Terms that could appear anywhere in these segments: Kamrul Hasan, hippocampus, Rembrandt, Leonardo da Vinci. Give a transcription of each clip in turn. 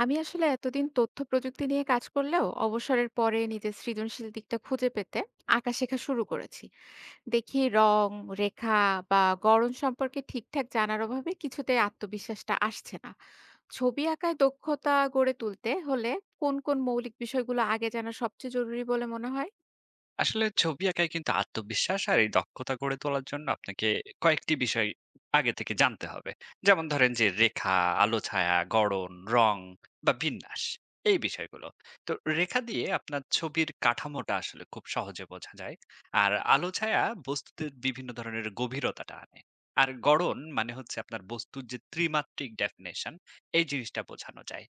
আমি আসলে এতদিন তথ্য প্রযুক্তি নিয়ে কাজ করলেও অবসরের পরে নিজের সৃজনশীল দিকটা খুঁজে পেতে আঁকা শেখা শুরু করেছি। দেখি রং, রেখা বা গড়ন সম্পর্কে ঠিকঠাক জানার অভাবে কিছুতে আত্মবিশ্বাসটা আসছে না। ছবি আঁকায় দক্ষতা গড়ে তুলতে হলে কোন কোন মৌলিক বিষয়গুলো আগে জানা সবচেয়ে জরুরি বলে মনে হয়? আসলে ছবি আঁকায় কিন্তু আত্মবিশ্বাস আর এই দক্ষতা গড়ে তোলার জন্য আপনাকে কয়েকটি বিষয় আগে থেকে জানতে হবে। যেমন ধরেন যে রেখা, আলো ছায়া, গড়ন, রং বা বিন্যাস, এই বিষয়গুলো। তো রেখা দিয়ে আপনার ছবির কাঠামোটা আসলে খুব সহজে বোঝা যায়। আর আলো ছায়া বস্তুতে বিভিন্ন ধরনের গভীরতাটা আনে। আর গড়ন মানে হচ্ছে আপনার বস্তুর যে ত্রিমাত্রিক ডেফিনেশন, এই জিনিসটা বোঝানো যায়।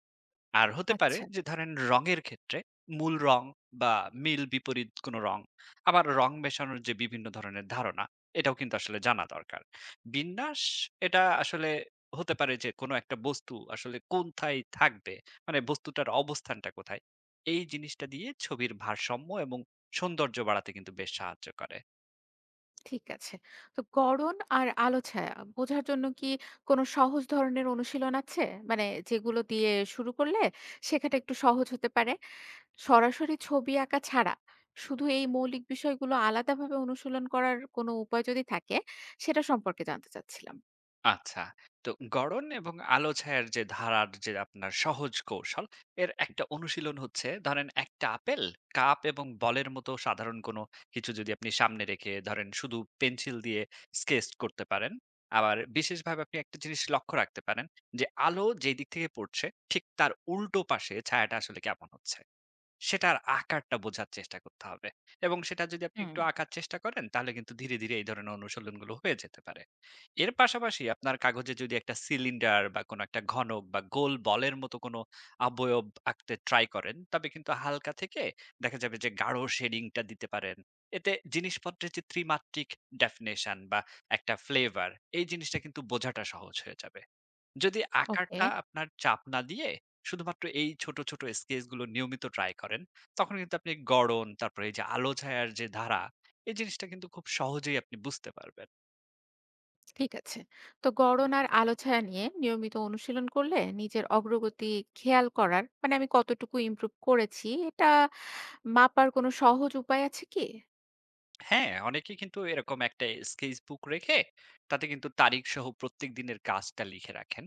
আর হতে পারে আচ্ছা। যে ধরেন রঙের ক্ষেত্রে মূল রং বা মিল বিপরীত কোনো রং, আবার রং মেশানোর যে বিভিন্ন ধরনের ধারণা, এটাও কিন্তু আসলে জানা দরকার। বিন্যাস, এটা আসলে হতে পারে যে কোনো একটা বস্তু আসলে কোথায় থাকবে, মানে বস্তুটার অবস্থানটা কোথায়। এই জিনিসটা দিয়ে ছবির ভারসাম্য এবং সৌন্দর্য বাড়াতে কিন্তু বেশ সাহায্য করে। ঠিক আছে। তো গড়ন আর আলো ছায়া বোঝার জন্য কি কোনো সহজ ধরনের অনুশীলন আছে, মানে যেগুলো দিয়ে শুরু করলে শেখাটা একটু সহজ হতে পারে? সরাসরি ছবি আঁকা ছাড়া শুধু এই মৌলিক বিষয়গুলো আলাদাভাবে অনুশীলন করার কোনো উপায় যদি থাকে, সেটা সম্পর্কে জানতে চাচ্ছিলাম। আচ্ছা। তো গড়ন এবং আলো ছায়ার যে ধারার যে আপনার সহজ কৌশল, এর একটা অনুশীলন হচ্ছে ধরেন একটা আপেল, কাপ এবং বলের মতো সাধারণ কোনো কিছু যদি আপনি সামনে রেখে ধরেন শুধু পেন্সিল দিয়ে স্কেচ করতে পারেন। আবার বিশেষভাবে আপনি একটা জিনিস লক্ষ্য রাখতে পারেন যে আলো যেই দিক থেকে পড়ছে ঠিক তার উল্টো পাশে ছায়াটা আসলে কেমন হচ্ছে। সেটার আকারটা বোঝার চেষ্টা করতে হবে। এবং সেটা যদি আপনি হুম। একটু আঁকার চেষ্টা করেন তাহলে কিন্তু ধীরে, ধীরে এই ধরনের অনুশীলনগুলো হয়ে যেতে পারে। এর পাশাপাশি আপনার কাগজে যদি একটা সিলিন্ডার বা কোনো একটা ঘনক বা গোল বলের মতো কোনো অবয়ব আঁকতে ট্রাই করেন, তবে কিন্তু হালকা থেকে দেখা যাবে যে গাঢ় শেডিংটা দিতে পারেন। এতে জিনিসপত্রের যে ত্রিমাত্রিক ডেফিনিশন বা একটা ফ্লেভার, এই জিনিসটা কিন্তু বোঝাটা সহজ হয়ে যাবে। যদি ওকে। আকারটা আপনার চাপ না দিয়ে শুধুমাত্র এই ছোট, ছোট স্কেচ গুলো নিয়মিত ট্রাই করেন, তখন কিন্তু আপনি গড়ন, তারপরে এই যে আলো ছায়ার যে ধারা, এই জিনিসটা কিন্তু খুব সহজেই আপনি বুঝতে পারবেন। ঠিক আছে। তো গড়ন আর আলো ছায়া নিয়ে নিয়মিত অনুশীলন করলে নিজের অগ্রগতি খেয়াল করার, মানে আমি কতটুকু ইমপ্রুভ করেছি, এটা মাপার কোনো সহজ উপায় আছে কি? হ্যাঁ, অনেকেই কিন্তু এরকম একটা স্কেচ বুক রেখে তাতে কিন্তু তারিখ সহ প্রত্যেক দিনের কাজটা লিখে রাখেন।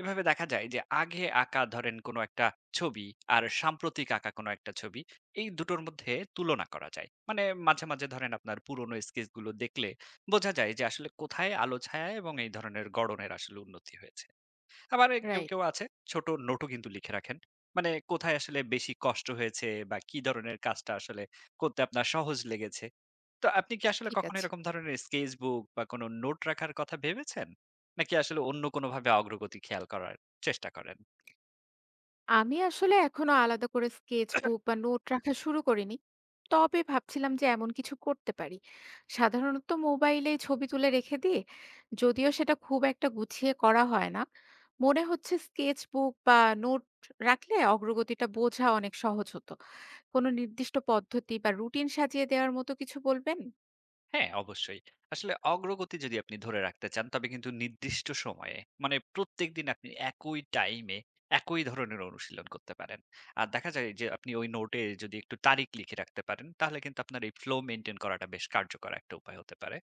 এভাবে দেখা যায় যে আগে আঁকা ধরেন কোনো একটা ছবি আর সাম্প্রতিক আঁকা কোনো একটা ছবি, এই দুটোর মধ্যে তুলনা করা যায়। মানে মাঝে, মাঝে ধরেন আপনার পুরনো স্কেচগুলো দেখলে বোঝা যায় যে আসলে কোথায় আলো ছায়া এবং এই ধরনের গড়নের আসলে উন্নতি হয়েছে। আবার এ কেউ, রাইট। কেউ আছে ছোট নোটও কিন্তু লিখে রাখেন। মানে কোথায় আসলে বেশি কষ্ট হয়েছে বা কি ধরনের কাজটা আসলে করতে আপনার সহজ লেগেছে। তো আপনি কি আসলে ঠিক কখনো আছে। এরকম ধরনের স্কেচ বুক বা কোনো নোট রাখার কথা ভেবেছেন? নাকি আসলে অন্য কোনোভাবে অগ্রগতি খেয়াল করার চেষ্টা করেন? আমি আসলে এখনো আলাদা করে স্কেচবুক বা নোট রাখা শুরু করিনি। তবে ভাবছিলাম যে এমন কিছু করতে পারি। সাধারণত মোবাইলে ছবি তুলে রেখে দিই। যদিও সেটা খুব একটা গুছিয়ে করা হয় না। মনে হচ্ছে স্কেচবুক বা নোট রাখলে অগ্রগতিটা বোঝা অনেক সহজ হতো। কোনো নির্দিষ্ট পদ্ধতি বা রুটিন সাজিয়ে দেওয়ার মতো কিছু বলবেন? হ্যাঁ, অবশ্যই। আসলে অগ্রগতি যদি আপনি ধরে রাখতে চান, তবে কিন্তু নির্দিষ্ট সময়ে, মানে প্রত্যেকদিন আপনি একই টাইমে একই ধরনের অনুশীলন করতে পারেন। আর দেখা যায় যে আপনি ওই নোটে যদি একটু তারিখ লিখে রাখতে পারেন, তাহলে কিন্তু আপনার এই ফ্লো মেইনটেইন করাটা বেশ কার্যকর একটা উপায় হতে পারে।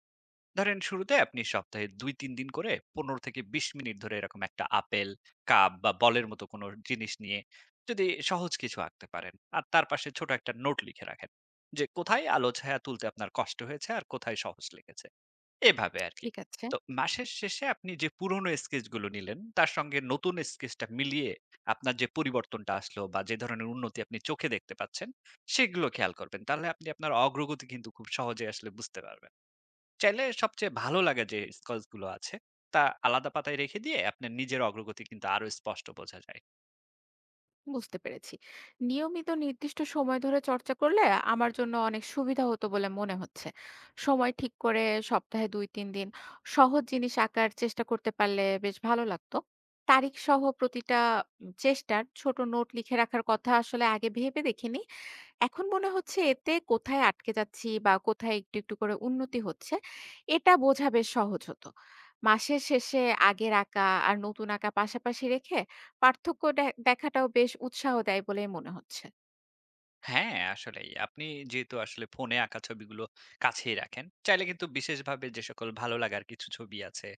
ধরেন শুরুতে আপনি সপ্তাহে ২-৩ দিন করে ১৫ থেকে ২০ মিনিট ধরে এরকম একটা আপেল, কাপ বা বলের মতো কোনো জিনিস নিয়ে যদি সহজ কিছু আঁকতে পারেন। আর তার পাশে ছোট একটা নোট লিখে রাখেন যে কোথায় আলো ছায়া তুলতে আপনার কষ্ট হয়েছে আর কোথায় সহজ লেগেছে। এভাবে আরকি। ঠিক আছে। তো মাসের শেষে আপনি যে পুরনো স্কেচগুলো নিলেন তার সঙ্গে নতুন স্কেচটা মিলিয়ে আপনার যে পরিবর্তনটা আসলো বা যে ধরনের উন্নতি আপনি চোখে দেখতে পাচ্ছেন সেগুলো খেয়াল করবেন। তাহলে আপনি আপনার অগ্রগতি কিন্তু খুব সহজেই আসলে বুঝতে পারবেন। চাইলে সবচেয়ে ভালো লাগে যে স্কচগুলো আছে তা আলাদা পাতায় রেখে দিয়ে আপনার নিজের অগ্রগতি কিন্তু আরো স্পষ্ট বোঝা যায়। বুঝতে পেরেছি। নিয়মিত নির্দিষ্ট সময় ধরে চর্চা করলে আমার জন্য অনেক সুবিধা হতো বলে মনে হচ্ছে। সময় ঠিক করে সপ্তাহে ২-৩ দিন সহজ জিনিস আঁকার চেষ্টা করতে পারলে বেশ ভালো লাগতো। তারিখ সহ প্রতিটা চেষ্টার ছোট নোট লিখে রাখার কথা আসলে আগে ভেবে দেখিনি। এখন মনে হচ্ছে এতে কোথায় আটকে যাচ্ছি বা কোথায় একটু, একটু করে উন্নতি হচ্ছে, এটা বোঝা বেশ সহজ হতো। মাসের শেষে আগের আঁকা আর নতুন আঁকা পাশাপাশি রেখে পার্থক্য দেখাটাও বেশ উৎসাহ দেয় বলেই মনে হচ্ছে। হ্যাঁ, আসলেই আপনি যেহেতু আসলে ফোনে আঁকা ছবিগুলো কাছেই রাখেন, চাইলে কিন্তু বিশেষভাবে যে সকল ভালো লাগার কিছু ছবি আছে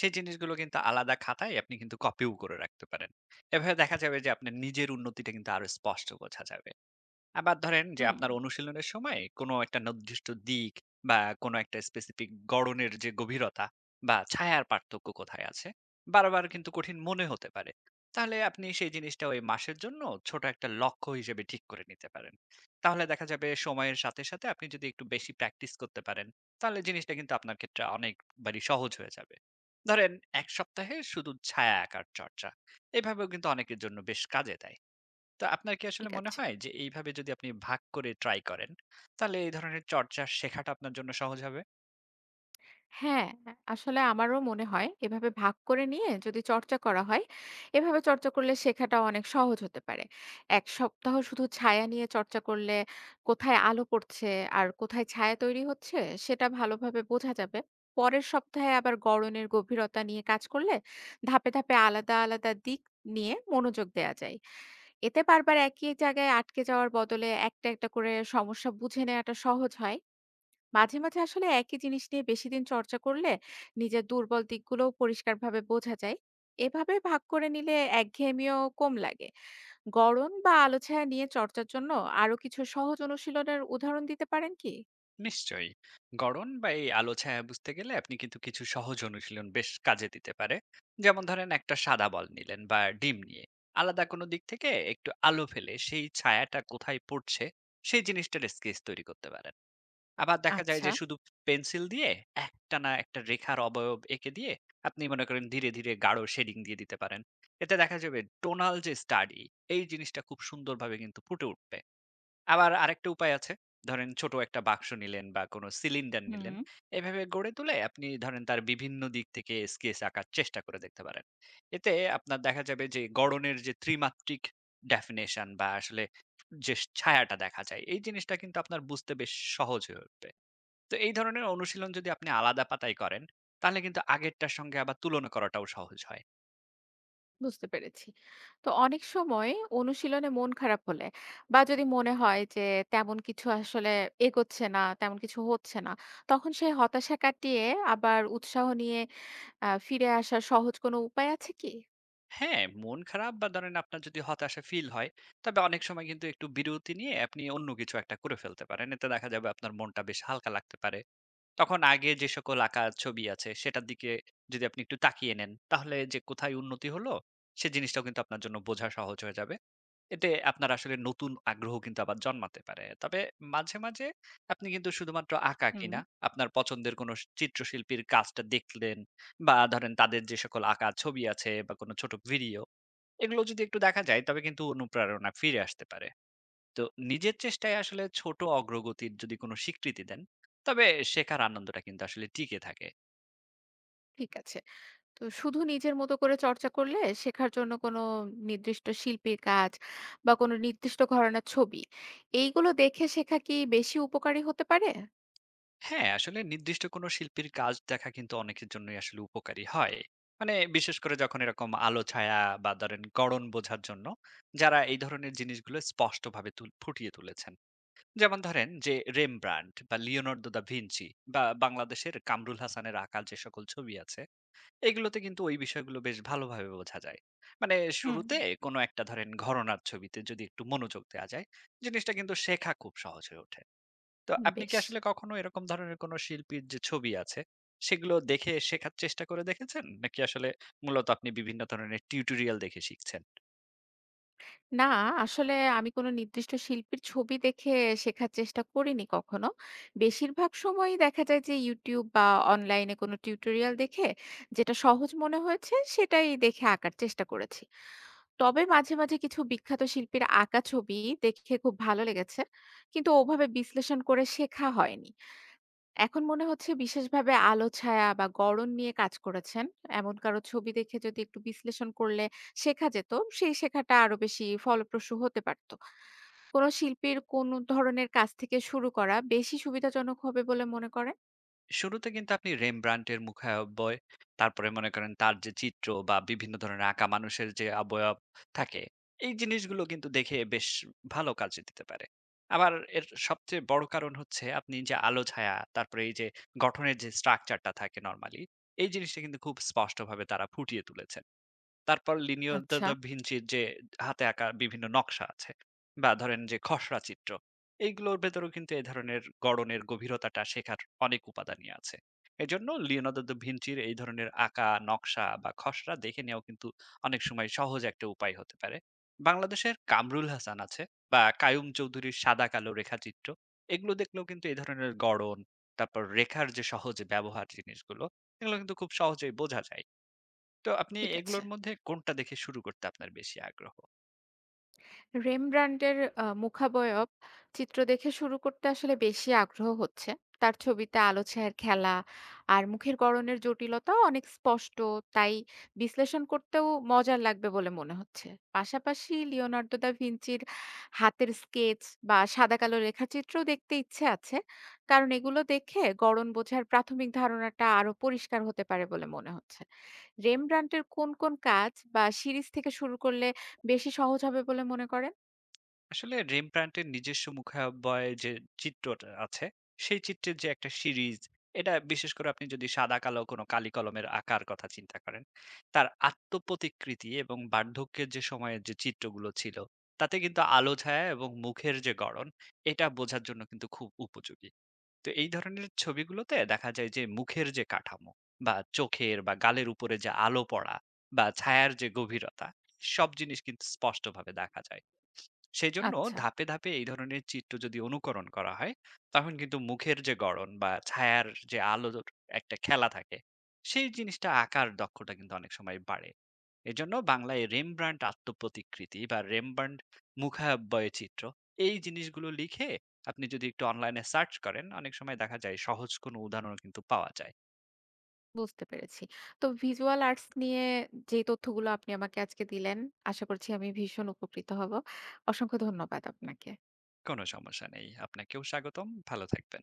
সেই জিনিসগুলো কিন্তু আলাদা খাতায় আপনি কিন্তু কপিও করে রাখতে পারেন। এভাবে দেখা যাবে যে আপনার নিজের উন্নতিটা কিন্তু আরো স্পষ্ট বোঝা যাবে। আবার ধরেন যে হুম। আপনার অনুশীলনের সময় কোনো একটা নির্দিষ্ট দিক বা কোনো একটা স্পেসিফিক গড়নের যে গভীরতা বা ছায়ার পার্থক্য কোথায় আছে, বারবার কিন্তু কঠিন মনে হতে পারে। তাহলে আপনি সেই জিনিসটা ওই মাসের জন্য ছোট একটা লক্ষ্য হিসেবে ঠিক করে নিতে পারেন। তাহলে দেখা যাবে সময়ের সাথে সাথে আপনি যদি একটু বেশি প্র্যাকটিস করতে পারেন, তাহলে জিনিসটা কিন্তু আপনার ক্ষেত্রে অনেকবারই সহজ হয়ে যাবে। ধরেন এক সপ্তাহে শুধু ছায়া আঁকার চর্চা, এভাবেও কিন্তু অনেকের জন্য বেশ কাজে দেয়। তো আপনার কি আসলে ঠিক মনে আছে। হয় যে এইভাবে যদি আপনি ভাগ করে ট্রাই করেন, তাহলে এই ধরনের চর্চা শেখাটা আপনার জন্য সহজ হবে? হ্যাঁ, আসলে আমারও মনে হয় এভাবে ভাগ করে নিয়ে যদি চর্চা করা হয়, এভাবে চর্চা করলে শেখাটা অনেক সহজ হতে পারে। ১ সপ্তাহ শুধু ছায়া নিয়ে চর্চা করলে কোথায় আলো পড়ছে আর কোথায় ছায়া তৈরি হচ্ছে সেটা ভালোভাবে বোঝা যাবে। পরের সপ্তাহে আবার গড়নের গভীরতা নিয়ে কাজ করলে ধাপে, ধাপে আলাদা, আলাদা দিক নিয়ে মনোযোগ দেয়া যায়। এতে বারবার একই জায়গায় আটকে যাওয়ার বদলে একটা, একটা করে সমস্যা বুঝে নেয়াটা সহজ হয়। মাঝে, মাঝে আসলে একই জিনিস নিয়ে বেশিদিন চর্চা করলে নিজের দুর্বল দিকগুলোও পরিষ্কারভাবে বোঝা যায়। এভাবে ভাগ করে নিলে একঘেয়েমিও কম লাগে। গড়ন বা আলো ছায়া নিয়ে চর্চার জন্য আরো কিছু সহজ অনুশীলনের উদাহরণ দিতে পারেন কি? নিশ্চয়ই। গড়ন বা এই আলো ছায়া বুঝতে গেলে আপনি কিন্তু কিছু সহজ অনুশীলন বেশ কাজে দিতে পারে। যেমন ধরেন একটা সাদা বল নিলেন বা ডিম নিয়ে আলাদা কোনো দিক থেকে একটু আলো ফেলে সেই ছায়াটা কোথায় পড়ছে সেই জিনিসটার স্কেচ তৈরি করতে পারেন। আবার দেখা যায় আচ্ছা। যে শুধু পেন্সিল দিয়ে একটানা একটা রেখার অবয়ব এঁকে দিয়ে আপনি মনে করেন ধীরে ধীরে গাঢ় শেডিং দিয়ে দিতে পারেন। এতে দেখা যাবে টোনাল যে স্টাডি, এই জিনিসটা খুব সুন্দরভাবে কিন্তু ফুটে উঠবে। আবার আরেকটা উপায় আছে। ধরেন ছোট একটা বাক্স নিলেন বা কোনো সিলিন্ডার নিলেন। হুম। এভাবে গড়ে তুলে আপনি ধরেন তার বিভিন্ন দিক থেকে স্কেচ আঁকার চেষ্টা করে দেখতে পারেন। এতে আপনার দেখা যাবে যে গড়নের যে ত্রিমাত্রিক ডেফিনিশন বা আসলে যে ছায়াটা দেখা যায়, এই জিনিসটা কিন্তু আপনার বুঝতে বেশ সহজ হয়ে উঠবে। তো এই ধরনের অনুশীলন যদি আপনি আলাদা পাতায় করেন, তাহলে কিন্তু আগেরটার সঙ্গে আবার তুলনা করাটাও সহজ হয়। বুঝতে পেরেছি। তো অনেক সময় অনুশীলনে মন খারাপ হলে বা যদি মনে হয় যে তেমন কিছু আসলে এগোচ্ছে না, তেমন কিছু হচ্ছে না, তখন সেই হতাশা কাটিয়ে আবার উৎসাহ নিয়ে ফিরে আসার সহজ কোনো উপায় আছে কি? হ্যাঁ, মন খারাপ বা ধরেন আপনার যদি হতাশা ফিল হয়, তবে অনেক সময় কিন্তু একটু বিরতি নিয়ে আপনি অন্য কিছু একটা করে ফেলতে পারেন। এতে দেখা যাবে আপনার মনটা বেশ হালকা লাগতে পারে। তখন আগে যে সকল আঁকা ছবি আছে, সেটার দিকে যদি আপনি একটু তাকিয়ে নেন, তাহলে যে কোথায় উন্নতি হলো, সে জিনিসটাও কিন্তু আপনার জন্য বোঝা সহজ হয়ে যাবে। এতে আপনার আসলে নতুন আগ্রহ কিন্তু আবার জন্মাতে পারে। তবে মাঝে, মাঝে আপনি কিন্তু শুধুমাত্র আঁকা হুম। কিনা, আপনার পছন্দের কোনো চিত্রশিল্পীর কাজটা দেখলেন বা ধরেন তাদের যে সকল আঁকা ছবি আছে বা কোনো ছোট ভিডিও, এগুলো যদি একটু দেখা যায় তবে কিন্তু অনুপ্রেরণা ফিরে আসতে পারে। তো নিজের চেষ্টায় আসলে ছোট অগ্রগতির যদি কোনো স্বীকৃতি দেন, তবে শেখার আনন্দটা কিন্তু আসলে টিকে থাকে। ঠিক আছে। তো শুধু নিজের মতো করে চর্চা করলে শেখার জন্য কোনো নির্দিষ্ট শিল্পীর কাজ বা কোনো নির্দিষ্ট ঘরানার ছবি এইগুলো দেখে শেখা কি বেশি উপকারী হতে পারে? হ্যাঁ, আসলে নির্দিষ্ট কোনো শিল্পীর কাজ দেখা কিন্তু অনেকের জন্যই আসলে উপকারী হয়। মানে বিশেষ করে যখন এরকম আলো ছায়া বা ধরেন গড়ন বোঝার জন্য যারা এই ধরনের জিনিসগুলো স্পষ্টভাবে ফুটিয়ে তুলেছেন। যেমন ধরেন যে রেমব্রান্ড বা লিওনার্দো দা ভিঞ্চি বা বাংলাদেশের কামরুল হাসানের আঁকা যে সকল ছবি আছে, এগুলোতে কিন্তু ওই বিষয়গুলো বেশ ভালোভাবে বোঝা যায়। মানে হুম। শুরুতে কোনো একটা ধরেন ঘরানার ছবিতে যদি একটু মনোযোগ দেয়া যায়, জিনিসটা কিন্তু শেখা খুব সহজ হয়ে ওঠে। তো আপনি কি বেশ। আসলে কখনো এরকম ধরনের কোনো শিল্পীর যে ছবি আছে, সেগুলো দেখে শেখার চেষ্টা করে দেখেছেন? নাকি আসলে মূলত আপনি বিভিন্ন ধরনের টিউটোরিয়াল দেখে শিখছেন? না, আসলে আমি কোনো নির্দিষ্ট শিল্পীর ছবি দেখে শেখার চেষ্টা করিনি কখনো। বেশিরভাগ সময়ই দেখা যায় যে YouTube বা অনলাইনে কোনো টিউটোরিয়াল দেখে যেটা সহজ মনে হয়েছে সেটাই দেখে আঁকার চেষ্টা করেছি। তবে মাঝে, মাঝে কিছু বিখ্যাত শিল্পীর আঁকা ছবি দেখে খুব ভালো লেগেছে। কিন্তু ওভাবে বিশ্লেষণ করে শেখা হয়নি। এখন মনে হচ্ছে বিশেষভাবে আলো ছায়া বা গড়ন নিয়ে কাজ করেছেন এমন কারো ছবি দেখে যদি একটু বিশ্লেষণ করলে শেখা যেত, সেই শেখাটা আরো বেশি ফলপ্রসূ হতে পারত। কোন শিল্পীর কোন ধরনের কাজ থেকে শুরু করা বেশি সুবিধাজনক হবে বলে মনে করেন? শুরুতে কিন্তু আপনি Rembrandt এর মুখাবয়ব, তারপরে মনে করেন তার যে চিত্র বা বিভিন্ন ধরনের আঁকা মানুষের যে অবয়ব থাকে, এই জিনিসগুলো কিন্তু দেখে বেশ ভালো কাজে দিতে পারে। আবার এর সবচেয়ে বড় কারণ হচ্ছে আপনি যে আলো ছায়া, তারপরে এই যে গঠনের যে স্ট্রাকচারটা থাকে নরমালি, এই জিনিসটা কিন্তু খুব স্পষ্টভাবে তারা ফুটিয়ে তুলেছে। তারপর লিওনার্দো আচ্ছা। দা ভিঞ্চির যে হাতে আঁকা বিভিন্ন নকশা আছে বা ধরেন যে খসড়া চিত্র, এইগুলোর ভেতরেও কিন্তু এ ধরনের গড়নের গভীরতাটা শেখার অনেক উপাদানই আছে। এজন্য লিওনার্দো দা ভিঞ্চির এই ধরনের আঁকা, নকশা বা খসড়া দেখে নেওয়াও কিন্তু অনেক সময় সহজ একটা উপায় হতে পারে। বাংলাদেশের কামরুল হাসান আছে বা কায়ুম চৌধুরীর সাদা-কালো রেখাচিত্র, এগুলো দেখলেও কিন্তু এ ধরনের গড়ন, তারপর রেখার যে সহজ ব্যবহার জিনিসগুলো, এগুলো কিন্তু খুব সহজেই বোঝা যায়। তো আপনি ঠিক আছে। এগুলোর মধ্যে কোনটা দেখে শুরু করতে আপনার বেশি আগ্রহ? রেমব্রান্ডের মুখাবয়ব চিত্র দেখে শুরু করতে আসলে বেশি আগ্রহ হচ্ছে। তার ছবিতে আলো ছায়ার খেলা আর মুখের গড়নের জটিলতা অনেক স্পষ্ট। তাই বিশ্লেষণ করতেও মজার লাগবে বলে মনে হচ্ছে। পাশাপাশি লিওনার্দো দা ভিঞ্চির হাতের স্কেচ বা সাদা-কালো রেখাচিত্রও দেখতে ইচ্ছে আছে। কারণ এগুলো দেখে গড়ন বোঝার প্রাথমিক ধারণাটা আরো পরিষ্কার হতে পারে বলে মনে হচ্ছে। রেমব্রান্ডের কোন, কোন কাজ বা সিরিজ থেকে শুরু করলে বেশি সহজ হবে বলে মনে করেন? আসলে রেমপ্রান্টের নিজস্ব মুখাবয় যে চিত্রটা আছে, সেই চিত্রের যে একটা সিরিজ, এটা বিশেষ করে আপনি যদি সাদা-কালো কোনো কালি-কলমের আঁকার কথা চিন্তা করেন, তার আত্মপ্রতিকৃতি এবং বার্ধক্যের যে সময়ের যে চিত্রগুলো ছিল, তাতে কিন্তু আলো-ছায়া এবং মুখের যে গড়ন, এটা বোঝার জন্য কিন্তু খুব উপযোগী। তো এই ধরনের ছবিগুলোতে দেখা যায় যে মুখের যে কাঠামো বা চোখের বা গালের উপরে যে আলো পড়া বা ছায়ার যে গভীরতা, সব জিনিস কিন্তু স্পষ্টভাবে দেখা যায়। সেই জন্য আচ্ছা। ধাপে ধাপে এই ধরনের চিত্র যদি অনুকরণ করা হয়, তখন কিন্তু মুখের যে গড়ন বা ছায়ার যে আলোর একটা খেলা থাকে, সেই জিনিসটা আঁকার দক্ষতা কিন্তু অনেক সময় বাড়ে। এজন্য বাংলায় রেমব্রান্ড আত্মপ্রতিকৃতি বা রেমব্রান্ড মুখাব্যয় চিত্র, এই জিনিসগুলো লিখে আপনি যদি একটু অনলাইনে সার্চ করেন, অনেক সময় দেখা যায় সহজ কোনো উদাহরণও কিন্তু পাওয়া যায়। বুঝতে পেরেছি। তো ভিজুয়াল আর্টস নিয়ে যে তথ্যগুলো আপনি আমাকে আজকে দিলেন, আশা করছি আমি ভীষণ উপকৃত হব। অসংখ্য ধন্যবাদ আপনাকে। কোনো সমস্যা নেই। আপনাকেও স্বাগতম। ভালো থাকবেন।